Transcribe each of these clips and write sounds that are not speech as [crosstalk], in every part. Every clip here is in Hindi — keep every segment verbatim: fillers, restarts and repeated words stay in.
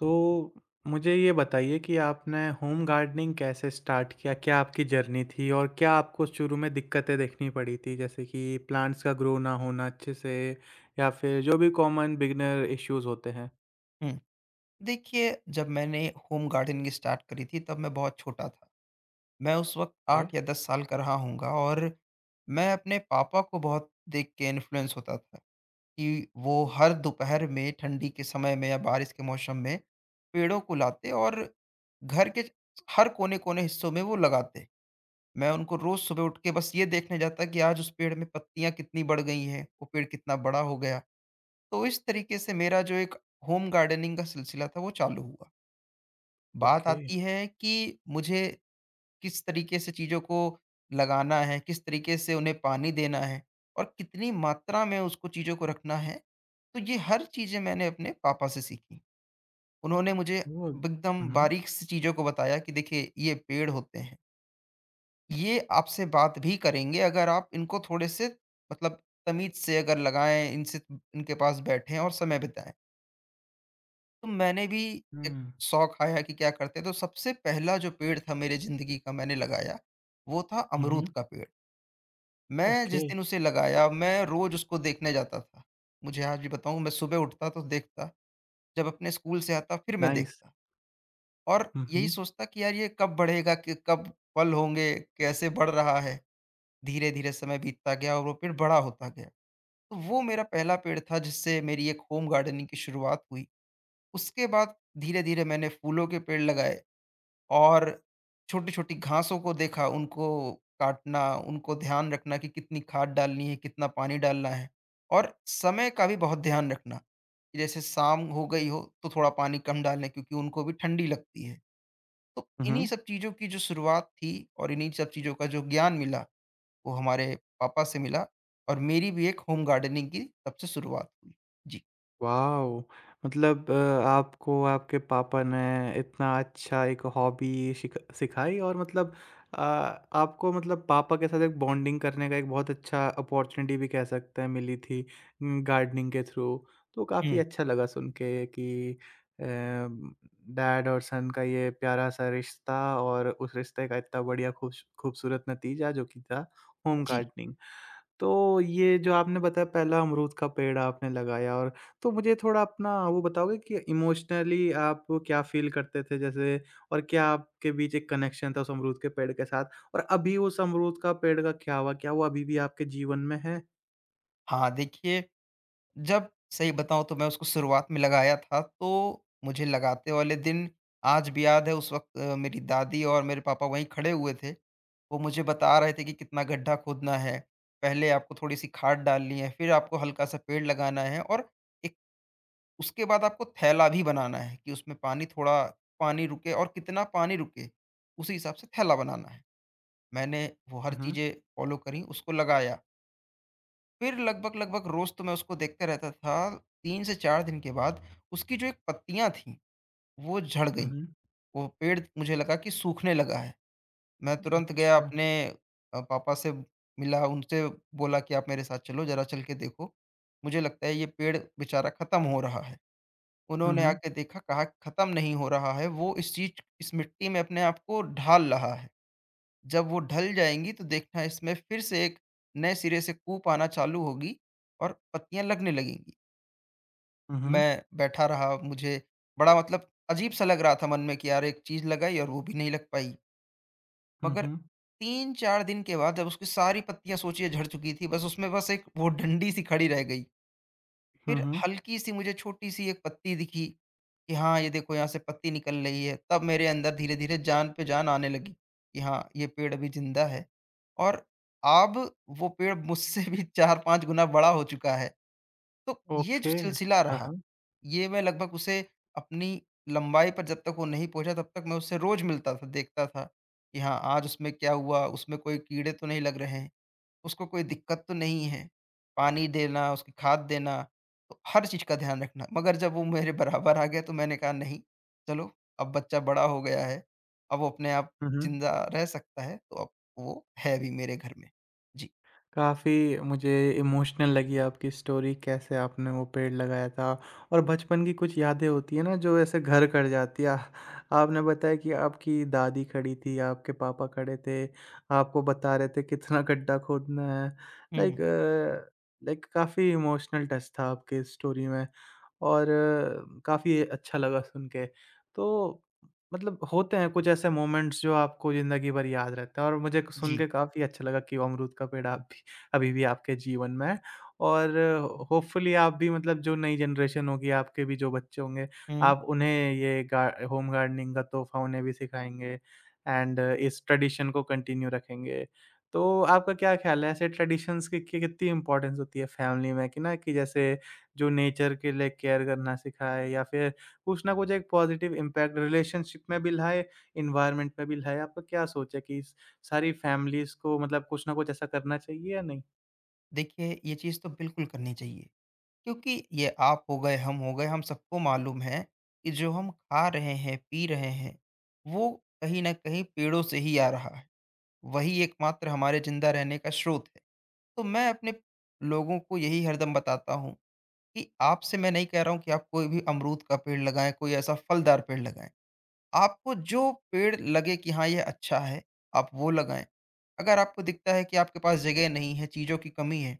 तो मुझे ये बताइए कि आपने होम गार्डनिंग कैसे स्टार्ट किया? क्या आपकी जर्नी थी और क्या आपको शुरू में दिक्कतें देखनी पड़ी थी? जैसे कि प्लांट्स का ग्रो ना होना अच्छे से या फिर जो भी कॉमन बिगिनर इश्यूज़ होते हैं? हुँ। देखिए, जब मैंने होम गार्डनिंग स्टार्ट करी थी तब मैं बहुत छोटा था। मैं उस वक़्त ओके। आठ या दस साल का रहा होऊँगा और मैं अपने पापा को बहुत देख के इन्फ्लुएंस होता था। कि वो हुँ, हर दोपहर में ठंडी के समय में या बारिश के मौसम में पेड़ों को लाते और घर के हर कोने-कोने हिस्सों में वो लगाते। मैं उनको रोज़ सुबह उठ के बस ये देखने जाता कि आज उस पेड़ में पत्तियाँ कितनी बढ़ गई हैं, वो पेड़ कितना बड़ा हो गया। तो इस तरीके से मेरा जो एक होम गार्डनिंग का सिलसिला था वो चालू हुआ। बात ओके। आती है कि मुझे किस तरीके से चीज़ों को लगाना है, किस तरीके से उन्हें पानी देना है और कितनी मात्रा में उसको चीज़ों को रखना है। तो ये हर चीज़ें मैंने अपने पापा से सीखी। उन्होंने मुझे ओह! एकदम हुँ, हुँ। बारीक से चीज़ों को बताया कि देखिए ये पेड़ होते हैं, ये आपसे बात भी करेंगे अगर आप इनको थोड़े से मतलब तमीज़ से अगर लगाएँ, इनसे इनके पास बैठें और समय बिताएँ। तो मैंने भी एक शौक आया कि क्या करते हैं, तो सबसे पहला जो पेड़ था मेरे ज़िंदगी का मैंने लगाया, वो था हुँ, अमरूद हुँ, का पेड़। मैं ओके, जिस दिन उसे लगाया, मैं रोज़ उसको देखने जाता था। मुझे आज भी बताऊँ मैं सुबह उठता तो देखता, जब अपने स्कूल से आता फिर मैं नाइस। देखता और हुँ, यही हुँ। सोचता कि यार ये कब बढ़ेगा, कि कब फल होंगे, कैसे बढ़ रहा है। धीरे-धीरे समय बीतता गया और वो पेड़ बड़ा होता गया। तो वो मेरा पहला पेड़ था जिससे मेरी एक होम गार्डनिंग की शुरुआत हुई। उसके बाद धीरे-धीरे मैंने फूलों के पेड़ लगाए। और छोटी-छोटी घासों को देखा, उनको काटना, उनको ध्यान रखना कि कितनी खाद डालनी है, कितना पानी डालना है और समय का भी बहुत ध्यान रखना। कि जैसे शाम हो गई हो तो थोड़ा पानी कम डालें क्योंकि उनको भी ठंडी लगती है। तो हुँ, इन्हीं हुँ। सब चीज़ों की जो शुरुआत थी और इन्हीं सब चीज़ों का जो ज्ञान मिला वो हमारे पापा से मिला और मेरी भी एक होम गार्डनिंग की तब से शुरुआत हुई। जी। वाओ! मतलब अ, आपको आपके पापा ने इतना अच्छा एक हॉबी शिख सिखाई और मतलब अ, आपको मतलब पापा के साथ एक बॉन्डिंग करने का एक बहुत अच्छा अपॉर्च्युनिटी भी कह सकते हैं मिली थी उम, गार्डनिंग के थ्रू। तो काफ़ी हुँ। अच्छा लगा सुन के कि अ, डैड और सन का ये प्यारा-सा रिश्ता और उस रिश्ते का इतना बढ़िया खूबस खूबसूरत नतीजा जो कि था होम जी। गार्डनिंग। तो ये जो आपने बताया पहला अमरूद का पेड़ आपने लगाया और तो मुझे थोड़ा अपना वो बताओगे कि इमोशनली आप क्या फ़ील करते थे जैसे और क्या आपके बीच एक कनेक्शन था उस अमरूद के पेड़ के साथ? और अभी उस अमरूद का पेड़ का क्या हुआ? क्या वो अभी भी आपके जीवन में है? हाँ, देखिए, जब सही बताऊँ तो मैं उसको शुरुआत में लगाया था, तो मुझे लगाते वाले दिन आज भी याद है। उस वक़्त अ, मेरी दादी और मेरे पापा वहीं खड़े हुए थे। वो मुझे बता रहे थे कि कितना गड्ढा खोदना है, पहले आपको थोड़ी-सी खाद डालनी है, फिर आपको हल्का-सा पेड़ लगाना है और एक उसके बाद आपको थैला भी बनाना है कि उसमें पानी थोड़ा पानी रुके और कितना पानी रुके, उसी हिसाब से थैला बनाना है। मैंने वो हर हुँ, हुँ। चीज़ें फ़ॉलो करी, उसको लगाया। फिर लगभग, लगभग रोज़ तो मैं उसको देखता रहता था, तीन से चार दिन के बाद उसकी जो एक पत्तियाँ थीं, वो झड़ हुँ, गईं। हुँ। वो पेड़ मुझे लगा कि सूखने लगा है। मैं तुरंत गया अच्छा। अपने अ, पापा से मिला, उनसे बोला कि आप मेरे साथ चलो, ज़रा चल के देखो। मुझे लगता है ये पेड़ बेचारा ख़त्म हो रहा है। हुँ, उन्होंने हुँ। आके देखा, कहा ख़त्म नहीं हो रहा है, वो इस चीज़ इस मिट्टी में अपने आप को ढाल रहा है। जब वो ढल जाएँगी तो देखना इसमें फिर से एक नए सिरे से कूप आना चालू होगी और पत्तियाँ लगने लगेंगी। हुँ, हुँ। मैं बैठा रहा, मुझे बड़ा मतलब अजीब-सा लग रहा था मन में कि यार एक चीज़ लगाई और वो भी नहीं लग पाई। हुँ, मगर हुँ। तीन चार दिन के बाद जब उसकी सारी पत्तियाँ सोचिए झड़ चुकी थी, बस उसमें बस एक वो डंडी सी खड़ी रह गई। हुँ, फिर हुँ। हल्की-सी मुझे छोटी-सी एक पत्ती दिखी, कि हाँ, ये देखो यहाँ से पत्ती निकल रही है। तब मेरे अंदर धीरे-धीरे जान पे जान आने लगी, कि हाँ, ये पेड़ अभी ज़िंदा है और अब वो पेड़ मुझसे भी [laughs] चार पाँच गुना बड़ा हो चुका है। तो ये जो ओके। सिलसिला हाँ, रहा, हाँ। ये मैं लगभग उसे अपनी लंबाई पर जब तक वो नहीं पहुँचा, तब तक मैं उससे रोज़ मिलता था, देखता था, कि हाँ, आज उसमें क्या हुआ? उसमें कोई कीड़े तो नहीं लग रहे हैं। उसको कोई दिक्कत तो नहीं है। पानी देना, उसकी खाद देना, तो हर चीज़ का ध्यान रखना। मगर जब वो मेरे बराबर आ गया तो मैंने कहा नहीं, चलो अब बच्चा बड़ा हो गया है, अब वो अपने आप हुँ, हुँ। ज़िंदा रह सकता है, तो अब वो है भी मेरे घर में। जी। काफ़ी मुझे इमोशनल लगी आपकी स्टोरी कैसे आपने वो पेड़ लगाया था और बचपन की कुछ यादें होती है ना जो ऐसे घर कर जाती है। आ- आपने बताया कि आपकी दादी खड़ी थी, आपके पापा खड़े थे, आपको बता रहे थे कितना गड्ढा खोदना है। हुँ, लाइक अ, लाइक काफ़ी इमोशनल टच था आपके स्टोरी में और काफ़ी अच्छा लगा सुन के। तो मतलब होते हैं कुछ ऐसे मोमेंट्स जो आपको ज़िंदगी भर याद रहते हैं और मुझे सुन जी। के काफ़ी अच्छा लगा कि अमरूद का पेड़ आप भी अभी भी आपके जीवन में और होपफुली आप भी मतलब जो नई जनरेशन होगी, आपके भी जो बच्चे होंगे, हुँ। आप उन्हें ये गा होम गार्डनिंग का तोहफ़ा उन्हें भी सिखाएँगे एंड इस ट्रेडिशन को कंटिन्यू रखेंगे। तो आपका क्या ख़्याल है ऐसे ट्रेडिशंस की कि कितनी इम्पोर्टेंस होती है फैमिली में कि ना कि जैसे जो नेचर के लिए केयर करना सिखाए या फिर कुछ ना कुछ एक पॉज़िटिव इम्पैक्ट रिलेशनशिप में भी लाए, एनवायरनमेंट में भी लाए? आपका क्या सोच है कि इस- सारी फैमिलीज़ को मतलब कुछ ना कुछ ऐसा करना चाहिए या नहीं? देखिए, ये चीज़ तो बिल्कुल करनी चाहिए, क्योंकि ये आप हो गए, हम हो गए, हम सबको मालूम है कि जो हम खा रहे हैं, पी रहे हैं, वो कहीं न कहीं पेड़ों से ही आ रहा है। वही एकमात्र हमारे ज़िंदा रहने का स्रोत है। तो मैं अपने लोगों को यही हरदम बताता हूँ कि आपसे मैं नहीं कह रहा हूँ कि आप कोई भी अमरूद का पेड़ लगाएँ, कोई ऐसा फलदार पेड़ लगाएँ। आपको जो पेड़ लगे कि हाँ, ये अच्छा है, आप वो लगाएँ। अगर आपको दिखता है कि आपके पास जगह नहीं है, चीज़ों की कमी है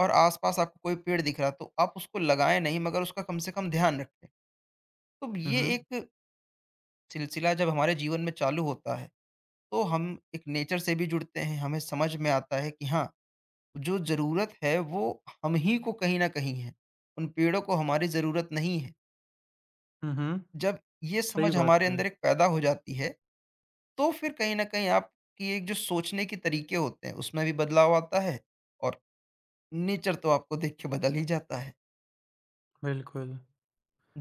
और आस-पास आपको कोई पेड़ दिख रहा है, तो आप उसको लगाएँ नहीं मगर उसका कम से कम ध्यान रखें। तो हुँ, ये हुँ। एक सिलसिला जब हमारे जीवन में चालू होता है, तो हम एक नेचर से भी जुड़ते हैं, हमें समझ में आता है कि हाँ, जो ज़रूरत है वो हम ही को कहीं न कहीं है। उन पेड़ों को हमारी ज़रूरत नहीं है। हुँ, हुँ। जब ये सही समझ बात हमारे है, अंदर एक पैदा हो जाती है, तो फिर कहीं न कहीं आपकी एक जो सोचने के तरीके होते हैं उसमें भी बदलाव आता है और नेचर तो आपको देख के बदल ही जाता है। बिल्कुल।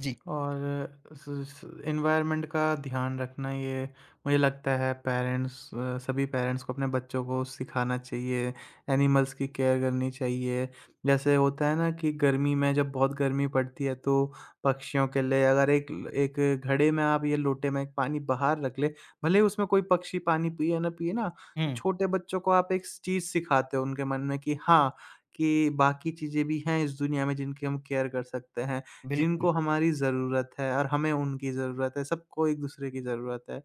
जी। और स एनवायरनमेंट का ध्यान रखना ये मुझे लगता है पेरेंट्स अ, सभी पेरेंट्स को अपने बच्चों को सिखाना चाहिए, एनिमल्स की केयर करनी चाहिए। जैसे होता है ना कि गर्मी में जब बहुत गर्मी पड़ती है तो पक्षियों के लिए अगर एक एक घड़े में आप ये लोटे में एक पानी बाहर रख ले, भले ही उसमें कोई पक्षी पानी पिए ना पिए ना, तो हुँ, छोटे बच्चों को आप एक चीज़ सिखाते हो उनके मन में कि हाँ, कि बाकी चीज़ें भी हैं इस दुनिया में जिनकी हम केयर कर सकते हैं। बिल्कुल। जिनको हमारी ज़रूरत है और हमें उनकी ज़रूरत है, सबको एक-दूसरे की ज़रूरत है।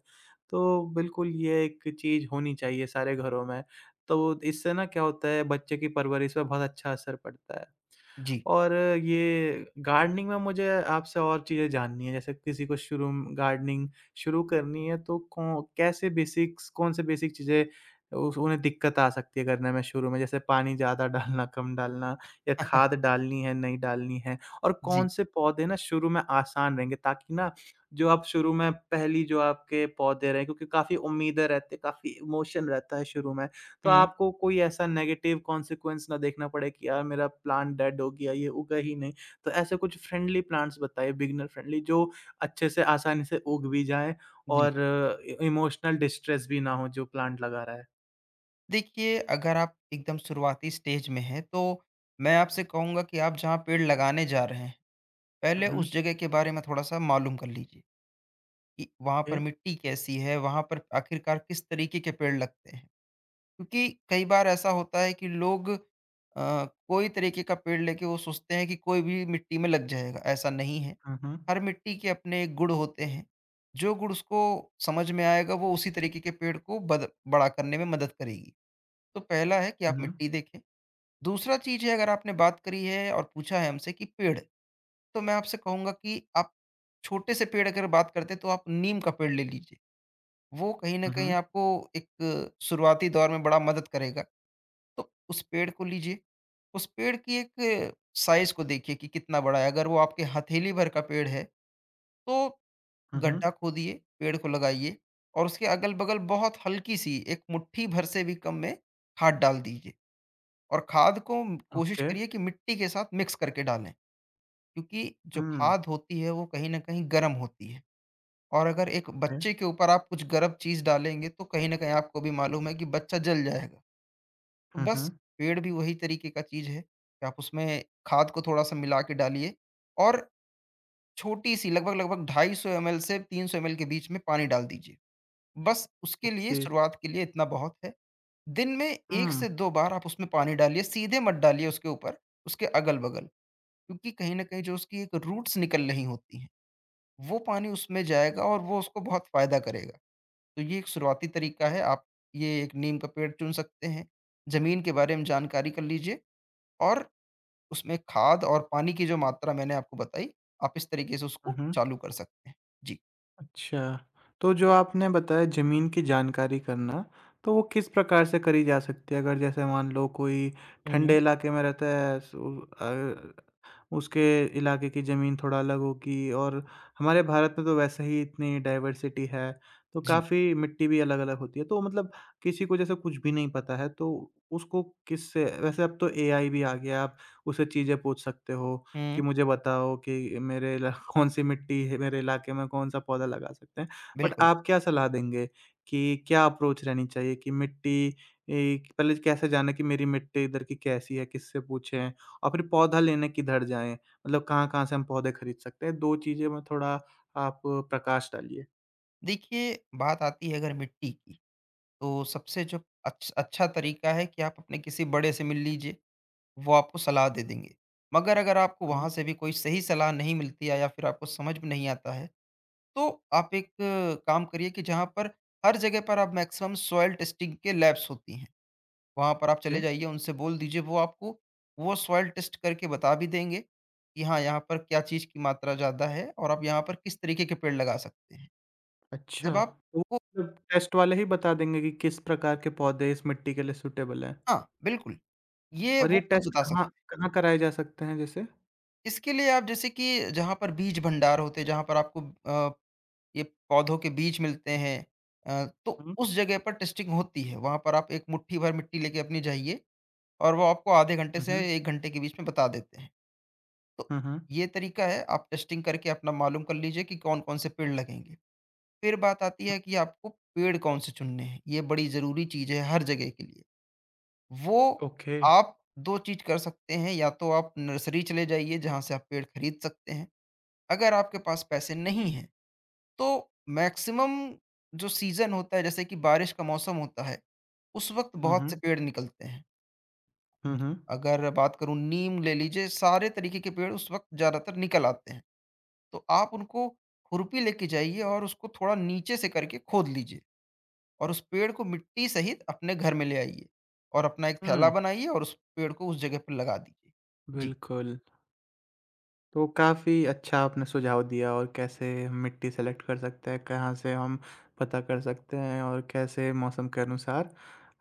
तो बिल्कुल ये एक चीज़ होनी चाहिए सारे घरों में, तो इससे ना क्या होता है बच्चे की परवरिश पे बहुत अच्छा असर पड़ता है। जी। और ये गार्डनिंग में मुझे आपसे और चीज़ें जाननी है, जैसे किसी को शुरू म गार्डनिंग शुरू करनी है तो कौन कैसे बेसिक्स कौन से बेसिक चीज़ें उ उन्हें दिक्कत आ सकती है करने में शुरू में? जैसे पानी ज़्यादा [laughs] डालना, कम डालना या खाद [laughs] डालनी है, नहीं डालनी है? और जी। कौन से पौधे ना शुरू में आसान रहेंगे ताकि ना जो आप शुरू में पहली जो आपके पौधे रहे क्योंकि काफ़ी उम्मीदें रहती हैं, काफ़ी इमोशन रहता है शुरू में। तो हुँ, आपको कोई ऐसा नेगेटिव कॉन्सिक्वेंस ना देखना पड़े कि यार मेरा प्लांट डेड हो गया, ये उगा ही नहीं। तो ऐसे कुछ फ्रेंडली प्लांट्स बताइए बिगिनर फ्रेंडली जो अच्छे से आसानी से उग भी जाएँ जी। और इ इमोशनल डिस्ट्रेस भी ना हो जो प्लांट लगा रहा है। देखिए, अगर आप एकदम शुरुआती स्टेज में हैं तो मैं आपसे कहूँगा कि आप जहाँ पेड़ लगाने जा रहे हैं, हुँ, पहले हुँ। उस जगह के बारे में थोड़ा-सा मालूम कर लीजिए। कि वहाँ ओके। पर मिट्टी कैसी है, वहाँ पर आखिरकार किस तरीके के पेड़ लगते हैं। क्योंकि कई बार ऐसा होता है कि लोग अ, कोई तरीके का पेड़ लेके वो सोचते हैं कि कोई भी मिट्टी में लग जाएगा, ऐसा नहीं है। हुँ, हुँ। हर मिट्टी के अपने गुण होते हैं, जो गुण उसको समझ में आएगा वो उसी तरीके के पेड़ को बद बड़ा करने में मदद करेगी। तो पहला है कि आप हुँ, हुँ। मिट्टी देखें, दूसरा चीज़ है अगर आपने बात करी है और पूछा है हमसे कि पेड़, तो मैं आपसे कहूँगा कि आप छोटे से पेड़ अगर बात करते हैं तो आप नीम का पेड़ ले लीजिए। वो कहीं न हुँ, कहीं हुँ। आपको एक शुरुआती दौर में बड़ा मदद करेगा। तो उस पेड़ को लीजिए, उस पेड़ की एक साइज़ को देखिए कि कितना बड़ा है, अगर वो आपके हथेली भर का पेड़ है, तो हुँ, हुँ। गड्ढा खोदिए, पेड़ को लगाइए और उसके अगल-बगल बहुत हल्की-सी एक मुट्ठी भर से भी कम में खाद डाल दीजिए और खाद को कोशिश ओके। करिए कि मिट्टी के साथ मिक्स करके डालें, क्योंकि जो हुँ। खाद होती है वो कहीं न कहीं गर्म होती है। और अगर एक ओके। बच्चे के ऊपर आप कुछ गर्म चीज़ डालेंगे, तो कहीं न कहीं आपको भी मालूम है कि बच्चा जल जाएगा। तो हुँ, बस हुँ। पेड़ भी वही तरीके का चीज़ है कि आप उसमें खाद को थोड़ा-सा मिला के डालिए और छोटी-सी लगभग-लगभग दो सौ पचास एमएल से तीन सौ एमएल के बीच में पानी डाल दीजिए। बस उसके लिए ओके। शुरुआत के लिए इतना बहुत है। दिन में एक हुँ। से दो बार आप उसमें पानी डालिए, सीधे मत डालिए उसके ऊपर, उसके अगल-बगल क्योंकि कहीं न कहीं जो उसकी एक रूट्स निकल रही होती हैं, वो पानी उसमें जाएगा और वो उसको बहुत फ़ायदा करेगा। तो ये एक शुरुआती तरीका है। आप ये एक नीम का पेड़ चुन सकते हैं। ज़मीन के बारे में जानकारी कर लीजिए और उसमें खाद और पानी की जो मात्रा मैंने आपको बताई, आप इस तरीके से हुँ, उसको हुँ। चालू कर सकते हैं। जी। अच्छा, तो जो आपने बताया ज़मीन की जानकारी करना, तो वो किस प्रकार से करी जा सकती है? अगर जैसे मान लो कोई हुँ, हुँ। ठंडे इलाके में रहता है सो अ उसके इलाके की ज़मीन थोड़ा अलग होगी और हमारे भारत में तो वैसे ही इतनी डाइवर्सिटी है, तो जी। काफ़ी मिट्टी भी अलग-अलग होती है। तो मतलब किसी को जैसे कुछ भी नहीं पता है तो उसको किससे वैसे अब तो एआई भी आ गया, आप उससे चीज़ें पूछ सकते हो हुँ, कि मुझे बताओ कि मेरे इला [laughs] कौन-सी मिट्टी है, मेरे इलाके में कौन-सा पौधा लगा सकते हैं। बट बिल्कुल। आप क्या सलाह देंगे कि क्या अप्रोच रहनी चाहिए कि मिट्टी ए, पहले कैसे जानें कि मेरी मिट्टी इधर की कैसी है, किससे पूछें? और फिर पौधा लेने किधर जाएँ? मतलब कहाँ-कहाँ से हम पौधे खरीद सकते हैं? दो चीज़ें में थोड़ा आप प्रकाश डालिए। देखिए, बात आती है अगर मिट्टी की, तो सबसे जो अच्छ अच्छा तरीका है कि आप अपने किसी बड़े से मिल लीजिए, वो आपको सलाह दे देंगे। मगर अगर आपको हुँ। वहाँ से भी कोई सही सलाह नहीं मिलती है या फिर आपको समझ में नहीं आता है तो आप एक अ, काम करिए कि जहाँ पर हर जगह पर आप मैक्सिमम सॉइल टेस्टिंग के लैब्स होती हैं, वहाँ पर आप चले ये जाइए, उनसे बोल दीजिए वो आपको वो सॉइल टेस्ट करके बता भी देंगे कि हाँ, यहाँ पर क्या चीज़ की मात्रा ज़्यादा है और आप यहाँ पर किस तरीके के पेड़ लगा सकते हैं। अच्छा, जब तो आपको मतलब टेस्ट वाले ही बता देंगे कि किस प्रकार के पौधे इस मिट्टी के लिए सूटेबल हैं। हाँ, बिल्कुल, ये और वो ये खुद टेस्ट बता सकते कहाँ हैं। कहाँ कराए जा सकते हैं जैसे? इसके लिए आप जैसे कि जहाँ पर बीज भंडार होते हैं, जहाँ पर आपको अ, ये पौधों के बीज मिलते हैं अ, तो हुँ, उस जगह पर टेस्टिंग होती है। वहाँ पर आप एक मुट्ठी भर मिट्टी लेके अपनी जाइए और वो आपको आधे घंटे हुँ, से हुँ, एक घंटे के बीच में बता देते हैं। तो हुँ, हुँ, ये तरीका है, आप टेस्टिंग करके अपना मालूम कर लीजिए कि कौन-कौन से पेड़ लगेंगे। फिर बात आती हुँ, है कि आपको पेड़ कौन-से चुनने हैं, ये बड़ी ज़रूरी चीज़ है हर जगह के लिए। वो ओके। आप दो चीज़ कर सकते हैं, या तो आप नर्सरी चले जाइए जहाँ से आप पेड़ खरीद सकते हैं। अगर आपके पास पैसे नहीं हैं, तो मैक्सिमम जो सीज़न होता है जैसे कि बारिश का मौसम होता है, उस वक़्त हुँ, बहुत हुँ, से पेड़ निकलते हैं। हुँ, हुँ, अगर बात करूँ नीम ले लीजिए, सारे तरीके के पेड़ उस वक़्त ज़्यादातर निकल आते हैं। तो आप उनको खुरपी लेके जाइए और उसको थोड़ा नीचे से करके खोद लीजिए और उस पेड़ को मिट्टी सहित अपने घर में ले आइए और अपना एक थैला हुँ, बनाइए और उस पेड़ को उस जगह पे लगा दीजिए। जी। बिल्कुल। तो काफ़ी अच्छा आपने सुझाव दिया और कैसे हम मिट्टी सेलेक्ट कर सकते हैं, कहाँ से हम पता कर सकते हैं और कैसे मौसम के अनुसार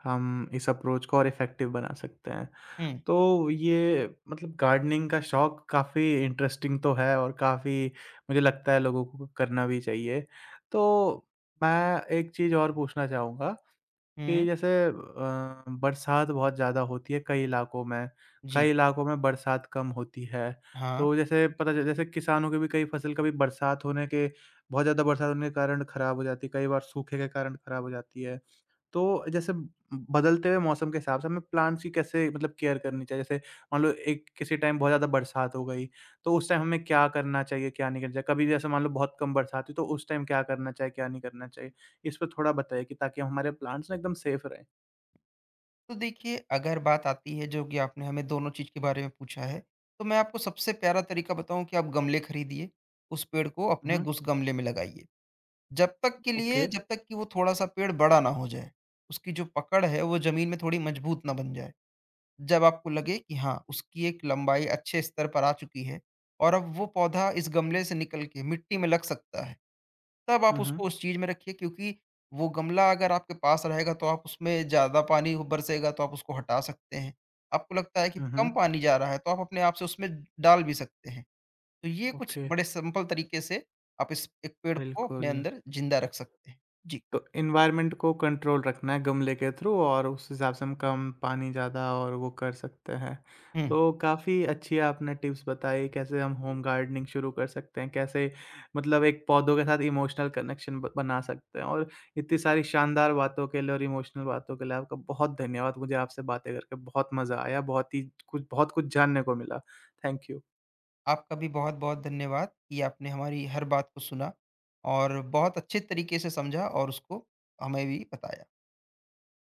हम इस अप्रोच को और इफ़ेक्टिव बना सकते हैं। हुँ, तो ये मतलब गार्डनिंग का शौक काफ़ी इंटरेस्टिंग तो है और काफ़ी मुझे लगता है लोगों को करना भी चाहिए। तो मैं एक चीज़ और पूछना चाहूँगा कि हुँ, जैसे अ, बरसात बहुत ज़्यादा होती है कई इलाकों में, जी, कई इलाकों में बरसात कम होती है। हाँ। तो जैसे पता चल जैसे किसानों की भी कई फसल कभी बरसात होने के बहुत ज़्यादा बरसात होने के कारण खराब हो जाती है, कई बार सूखे के कारण खराब हो जाती है। तो जैसे बदलते हुए मौसम के हिसाब से हमें प्लांट्स की कैसे मतलब केयर करनी चाहिए? जैसे मान लो एक किसी टाइम बहुत ज़्यादा बरसात हो गई, तो उस टाइम हमें क्या करना चाहिए, क्या नहीं करना चाहिए? कभी जैसे मान लो बहुत कम बरसात हुई, तो उस टाइम क्या करना चाहिए, क्या नहीं करना चाहिए? इस पे थोड़ा बताइए कि ताकि हमारे प्लांट्स ना एकदम सेफ रहें। तो देखिए, अगर बात आती है जो कि आपने हमें दोनों चीज़ के बारे में पूछा है, तो मैं आपको सबसे प्यारा तरीका बताऊँ कि आप गमले खरीदिए, उस पेड़ को हुँ, अपने हुँ। उस गमले में लगाइए। जब तक के ओके। लिए जब तक कि वो थोड़ा-सा पेड़ बड़ा ना हो जाए, उसकी जो पकड़ है वो ज़मीन में थोड़ी मजबूत ना बन जाए। जब आपको लगे कि हाँ, उसकी एक लंबाई अच्छे स्तर पर आ चुकी है और अब वो पौधा इस गमले से निकल के मिट्टी में लग सकता है, तब आप हुँ, हुँ। उसको उस चीज़ में रखिए क्योंकि वो गमला अगर आपके पास रहेगा तो आप उसमें ज़्यादा पानी हो बरसेगा तो आप उसको हटा सकते हैं। आपको लगता है कि हुँ, कम हुँ। पानी जा रहा है तो आप अपने आप से उसमें डाल भी सकते हैं। तो ये कुछ ओके, बड़े सिंपल तरीके से आप इस एक पेड़ को अपने बिल्कुल। अंदर जिंदा रख सकते हैं। जी। तो एनवायरनमेंट को कंट्रोल रखना है गमले के थ्रू और उस हिसाब से हम कम पानी ज़्यादा और वो कर सकते हैं। हुँ। तो काफ़ी अच्छी आपने टिप्स बताई कैसे हम होम गार्डनिंग शुरू कर सकते हैं, कैसे मतलब एक पौधों के साथ इमोशनल कनेक्शन ब बना सकते हैं और इतनी सारी शानदार बातों के लिए और इमोशनल बातों के लिए आपका बहुत धन्यवाद। मुझे आपसे बातें करके बहुत मज़ा आया, बहुत ही कुछ बहुत कुछ जानने को मिला। Thank you. आपका भी बहुत-बहुत धन्यवाद कि आपने हमारी हर बात को सुना और बहुत अच्छे तरीके से समझा और उसको हमें भी बताया।